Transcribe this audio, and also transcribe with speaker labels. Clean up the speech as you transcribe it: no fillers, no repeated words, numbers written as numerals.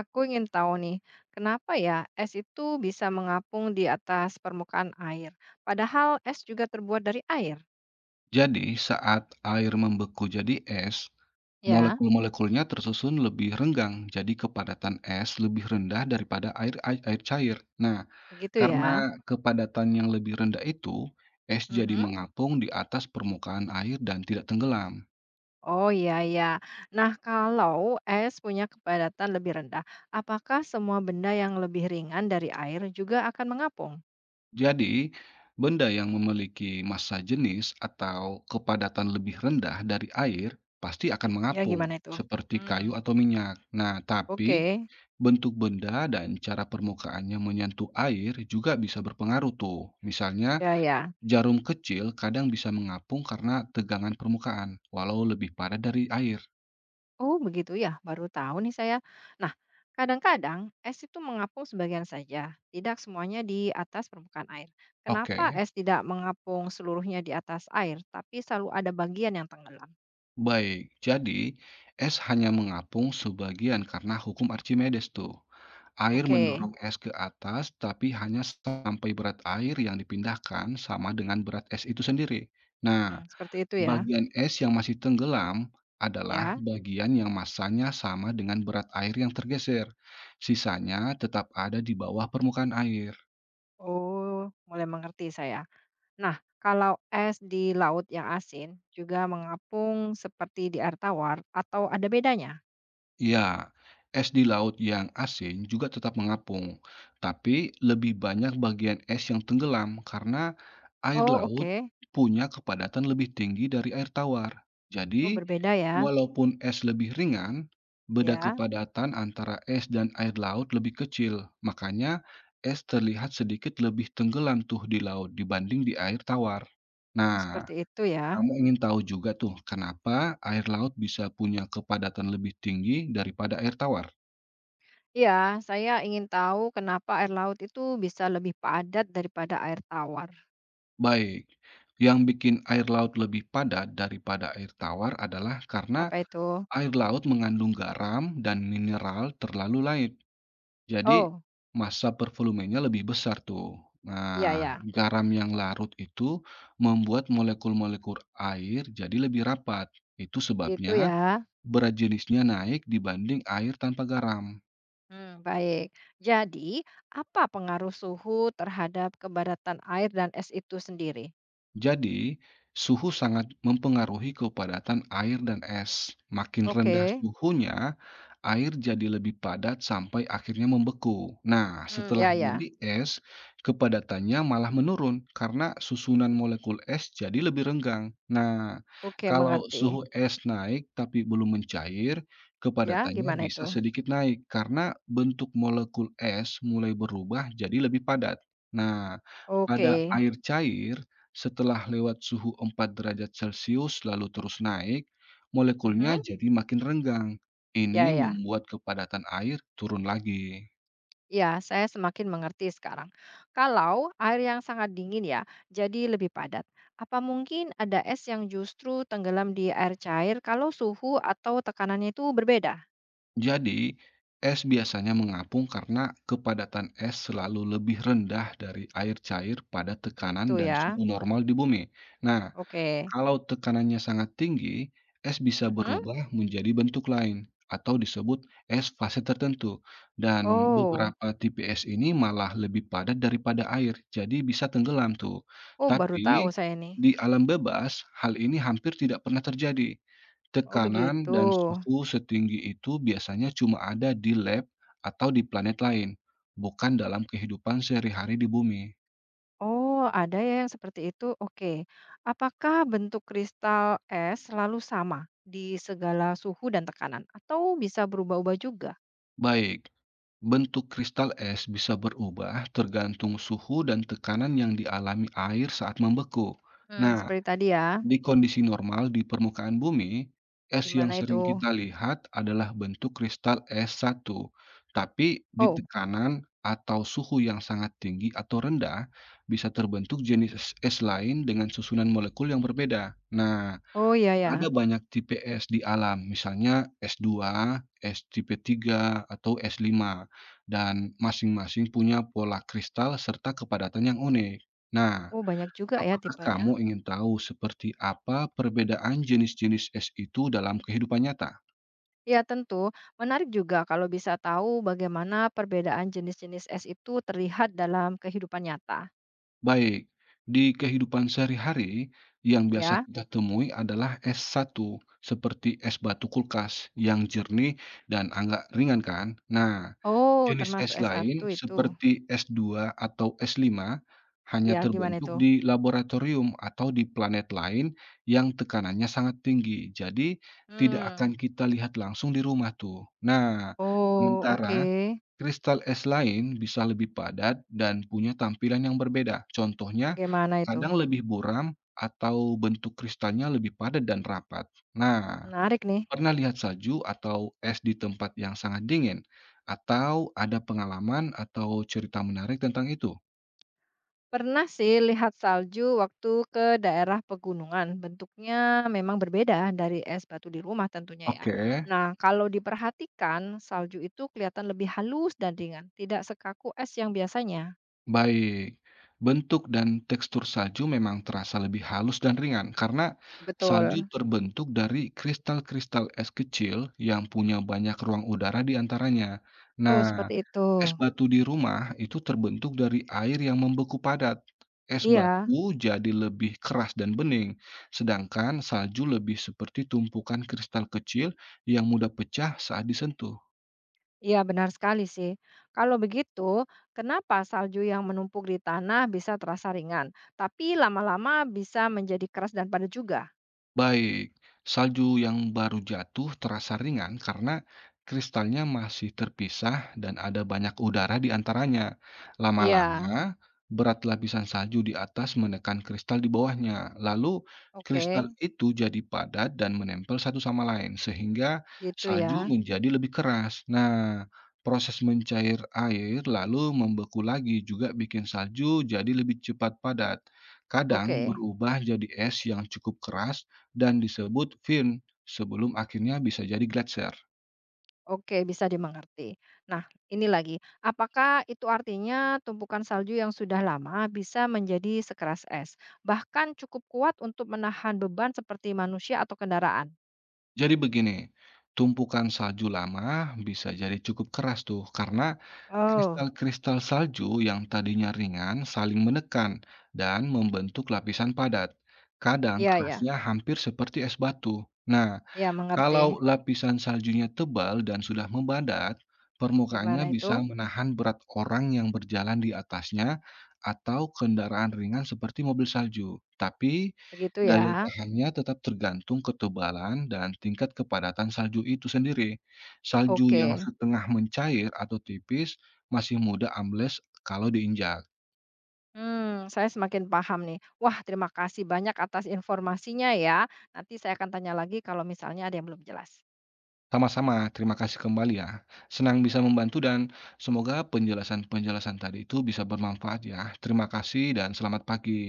Speaker 1: Aku ingin tahu nih, kenapa ya es itu bisa mengapung di atas permukaan air, padahal es juga terbuat dari air?
Speaker 2: Jadi, saat air membeku jadi es,
Speaker 1: Ya,
Speaker 2: molekul-molekulnya tersusun lebih renggang, jadi kepadatan es lebih rendah daripada air cair. Nah,
Speaker 1: begitu
Speaker 2: karena
Speaker 1: ya.
Speaker 2: kepadatan yang lebih rendah itu, es jadi
Speaker 1: Mhm.
Speaker 2: mengapung di atas permukaan air dan tidak tenggelam.
Speaker 1: Oh iya ya. Nah, kalau es punya kepadatan lebih rendah, apakah semua benda yang lebih ringan dari air juga akan mengapung?
Speaker 2: Jadi, benda yang memiliki massa jenis atau kepadatan lebih rendah dari air pasti akan
Speaker 1: Gitu. Ya,
Speaker 2: mengapung,
Speaker 1: gimana itu?
Speaker 2: seperti kayu
Speaker 1: Hmm,
Speaker 2: atau minyak. Nah, tapi
Speaker 1: oke.
Speaker 2: bentuk benda dan cara permukaannya menyentuh air juga bisa berpengaruh tuh. Misalnya,
Speaker 1: Ya ya.
Speaker 2: jarum kecil kadang bisa mengapung karena tegangan permukaan, walau lebih padat dari air.
Speaker 1: Oh begitu ya, baru tahu nih saya. Nah, kadang-kadang es itu mengapung sebagian saja, tidak semuanya di atas permukaan air. Kenapa
Speaker 2: Oke,
Speaker 1: es tidak mengapung seluruhnya di atas air, tapi selalu ada bagian yang tenggelam?
Speaker 2: baik. Jadi, es hanya mengapung sebagian karena hukum Archimedes tuh. Air
Speaker 1: Oke,
Speaker 2: mendorong es ke atas, tapi hanya sampai berat air yang dipindahkan sama dengan berat es itu sendiri. Nah,
Speaker 1: hmm, seperti itu ya.
Speaker 2: bagian es yang masih tenggelam adalah
Speaker 1: Ya,
Speaker 2: bagian yang masanya sama dengan berat air yang tergeser. Sisanya tetap ada di bawah permukaan air.
Speaker 1: oh mulai mengerti saya. Nah, kalau es di laut yang asin juga mengapung seperti di air tawar atau ada bedanya?
Speaker 2: Ya, es di laut yang asin juga tetap mengapung, tapi lebih banyak bagian es yang tenggelam karena air
Speaker 1: Oh
Speaker 2: laut
Speaker 1: oke,
Speaker 2: punya kepadatan lebih tinggi dari air tawar. Jadi,
Speaker 1: oh berbeda ya.
Speaker 2: walaupun es lebih ringan, beda
Speaker 1: Ya,
Speaker 2: kepadatan antara es dan air laut lebih kecil. Makanya, es terlihat sedikit lebih tenggelam tuh di laut dibanding di air tawar.
Speaker 1: hmm,
Speaker 2: Nah,
Speaker 1: seperti itu ya.
Speaker 2: kamu ingin tahu juga tuh kenapa air laut bisa punya kepadatan lebih tinggi daripada air tawar?
Speaker 1: Iya, saya ingin tahu kenapa air laut itu bisa lebih padat daripada air tawar.
Speaker 2: Baik, yang bikin air laut lebih padat daripada air tawar adalah karena
Speaker 1: Apa itu?
Speaker 2: air laut mengandung garam dan mineral terlalu lain. Jadi,
Speaker 1: Oh,
Speaker 2: massa per volumenya lebih besar tuh.
Speaker 1: iya
Speaker 2: Nah,
Speaker 1: ya.
Speaker 2: garam yang larut itu membuat molekul-molekul air jadi lebih rapat. Itu
Speaker 1: Gitu
Speaker 2: sebabnya
Speaker 1: ya.
Speaker 2: berat jenisnya naik dibanding air tanpa garam.
Speaker 1: Hmm, baik. Jadi, apa pengaruh suhu terhadap kepadatan air dan es itu sendiri?
Speaker 2: Jadi, suhu sangat mempengaruhi kepadatan air dan es. Makin rendah
Speaker 1: Oke.
Speaker 2: suhunya, air jadi lebih padat sampai akhirnya membeku. Nah,
Speaker 1: Hmm,
Speaker 2: setelah
Speaker 1: ya ya.
Speaker 2: jadi es, kepadatannya malah menurun karena susunan molekul es jadi lebih renggang. Nah,
Speaker 1: Oke,
Speaker 2: kalau
Speaker 1: mengerti.
Speaker 2: suhu es naik tapi belum mencair,
Speaker 1: Ya,
Speaker 2: kepadatannya
Speaker 1: gimana itu?
Speaker 2: bisa sedikit naik karena bentuk molekul es mulai berubah jadi lebih padat. Nah, pada
Speaker 1: Oke.
Speaker 2: air cair, setelah lewat suhu 4 derajat Celcius lalu terus naik, molekulnya
Speaker 1: Mhm,
Speaker 2: jadi makin renggang.
Speaker 1: ya
Speaker 2: Ini
Speaker 1: ya.
Speaker 2: membuat kepadatan air turun lagi.
Speaker 1: Ya, saya semakin mengerti sekarang. Kalau air yang sangat dingin ya, jadi lebih padat. Apa mungkin ada es yang justru tenggelam di air cair kalau suhu atau tekanannya itu berbeda?
Speaker 2: Jadi, es biasanya mengapung karena kepadatan es selalu lebih rendah dari air cair pada
Speaker 1: Gitu
Speaker 2: tekanan dan
Speaker 1: ya.
Speaker 2: suhu normal di bumi. Nah,
Speaker 1: Oke.
Speaker 2: kalau tekanannya sangat tinggi, es bisa
Speaker 1: Mhm.
Speaker 2: berubah menjadi bentuk lain atau disebut es fase tertentu. Dan
Speaker 1: Oh,
Speaker 2: beberapa tipe es ini malah lebih padat daripada air, jadi bisa tenggelam tuh.
Speaker 1: oh baru tahu
Speaker 2: Tapi
Speaker 1: saya ini.
Speaker 2: di alam bebas, hal ini hampir tidak pernah terjadi.
Speaker 1: Oh
Speaker 2: Tekanan
Speaker 1: begitu.
Speaker 2: dan suhu setinggi itu biasanya cuma ada di lab atau di planet lain, bukan dalam kehidupan sehari-hari di bumi.
Speaker 1: Oh, ada ya yang seperti itu. Oke. Apakah bentuk kristal es selalu sama di segala suhu dan tekanan atau bisa berubah-ubah juga?
Speaker 2: Baik, bentuk kristal es bisa berubah tergantung suhu dan tekanan yang dialami air saat membeku.
Speaker 1: Hmm,
Speaker 2: Nah,
Speaker 1: seperti tadi ya.
Speaker 2: di kondisi normal di permukaan bumi, es yang
Speaker 1: Gimana itu?
Speaker 2: sering kita lihat adalah bentuk kristal es satu. Tapi di
Speaker 1: Oh,
Speaker 2: tekanan atau suhu yang sangat tinggi atau rendah, bisa terbentuk jenis es es lain dengan susunan molekul yang berbeda. Nah,
Speaker 1: oh ya
Speaker 2: ada
Speaker 1: ya.
Speaker 2: banyak tipe es di alam, misalnya S2, es tipe 3 atau s lima, dan masing-masing punya pola kristal serta kepadatan yang unik. Nah,
Speaker 1: Oh banyak juga ya
Speaker 2: apakah
Speaker 1: tipenya.
Speaker 2: kamu ingin tahu seperti apa perbedaan jenis-jenis es itu dalam kehidupan nyata?
Speaker 1: Ya tentu, menarik juga kalau bisa tahu bagaimana perbedaan jenis-jenis es itu terlihat dalam kehidupan nyata,
Speaker 2: Baik, di kehidupan sehari-hari, yang biasa
Speaker 1: ya.
Speaker 2: kita temui adalah es satu, seperti es batu kulkas yang jernih dan agak ringan kan? Nah,
Speaker 1: Oh,
Speaker 2: jenis
Speaker 1: termasuk
Speaker 2: es
Speaker 1: S1
Speaker 2: lain,
Speaker 1: itu.
Speaker 2: seperti es dua atau es lima, hanya
Speaker 1: Ya, gimana
Speaker 2: terbentuk
Speaker 1: itu?
Speaker 2: di laboratorium atau di planet lain yang tekanannya sangat tinggi. Jadi, tidak
Speaker 1: Hmm.
Speaker 2: akan kita lihat langsung di rumah tuh. Nah,
Speaker 1: Oh, oke.
Speaker 2: sementara kristal es lain bisa lebih padat dan punya tampilan yang berbeda. Contohnya,
Speaker 1: Bagaimana itu?
Speaker 2: kadang lebih buram atau bentuk kristalnya lebih padat dan rapat. Nah,
Speaker 1: Menarik nih.
Speaker 2: pernah lihat salju atau es di tempat yang sangat dingin? Atau ada pengalaman atau cerita menarik tentang itu?
Speaker 1: Pernah sih lihat salju waktu ke daerah pegunungan. Bentuknya memang berbeda dari es batu di rumah tentunya ya.
Speaker 2: Oke.
Speaker 1: Nah, kalau diperhatikan, salju itu kelihatan lebih halus dan ringan, tidak sekaku es yang biasanya.
Speaker 2: Baik, bentuk dan tekstur salju memang terasa lebih halus dan ringan karena salju
Speaker 1: Betul.
Speaker 2: terbentuk dari kristal-kristal es kecil yang punya banyak ruang udara di antaranya.
Speaker 1: Oh,
Speaker 2: Nah,
Speaker 1: seperti itu.
Speaker 2: es batu di rumah itu terbentuk dari air yang membeku padat. Es
Speaker 1: Iya,
Speaker 2: batu jadi lebih keras dan bening, sedangkan salju lebih seperti tumpukan kristal kecil yang mudah pecah saat disentuh.
Speaker 1: iya, benar sekali sih. Kalau begitu, kenapa salju yang menumpuk di tanah bisa terasa ringan, tapi lama-lama bisa menjadi keras dan padat juga?
Speaker 2: Baik, salju yang baru jatuh terasa ringan karena kristalnya masih terpisah dan ada banyak udara di antaranya.
Speaker 1: Iya,
Speaker 2: Lama-lama, berat lapisan salju di atas menekan kristal di bawahnya. Lalu, kristal
Speaker 1: oke,
Speaker 2: itu jadi padat dan menempel satu sama lain, sehingga
Speaker 1: gitu
Speaker 2: salju
Speaker 1: ya.
Speaker 2: menjadi lebih keras. Nah, proses mencair air lalu membeku lagi juga bikin salju jadi lebih cepat padat. Kadang
Speaker 1: Oke.
Speaker 2: berubah jadi es yang cukup keras dan disebut fin sebelum akhirnya bisa jadi gletser.
Speaker 1: Oke, bisa dimengerti. Nah, ini lagi, apakah itu artinya tumpukan salju yang sudah lama bisa menjadi sekeras es, bahkan cukup kuat untuk menahan beban seperti manusia atau kendaraan?
Speaker 2: Jadi begini, tumpukan salju lama bisa jadi cukup keras tuh karena
Speaker 1: Oh,
Speaker 2: kristal-kristal salju yang tadinya ringan saling menekan dan membentuk lapisan padat. Kadang
Speaker 1: iya ya,
Speaker 2: kerasnya hampir seperti es batu. Nah,
Speaker 1: ya
Speaker 2: kalau
Speaker 1: mengerti.
Speaker 2: lapisan saljunya tebal dan sudah membadat, permukaannya
Speaker 1: Gimana
Speaker 2: bisa
Speaker 1: itu?
Speaker 2: menahan berat orang yang berjalan di atasnya atau kendaraan ringan seperti mobil salju. Tapi
Speaker 1: Begitu ya.
Speaker 2: Daya tahannya tetap tergantung ketebalan dan tingkat kepadatan salju itu sendiri. Salju yang
Speaker 1: Oke.
Speaker 2: setengah mencair atau tipis masih mudah ambles kalau diinjak.
Speaker 1: Hmm, saya semakin paham nih. Wah, terima kasih banyak atas informasinya ya. Nanti saya akan tanya lagi kalau misalnya ada yang belum jelas.
Speaker 2: Sama-sama, terima kasih kembali ya. Senang bisa membantu dan semoga penjelasan-penjelasan tadi itu bisa bermanfaat ya. Terima kasih dan selamat pagi.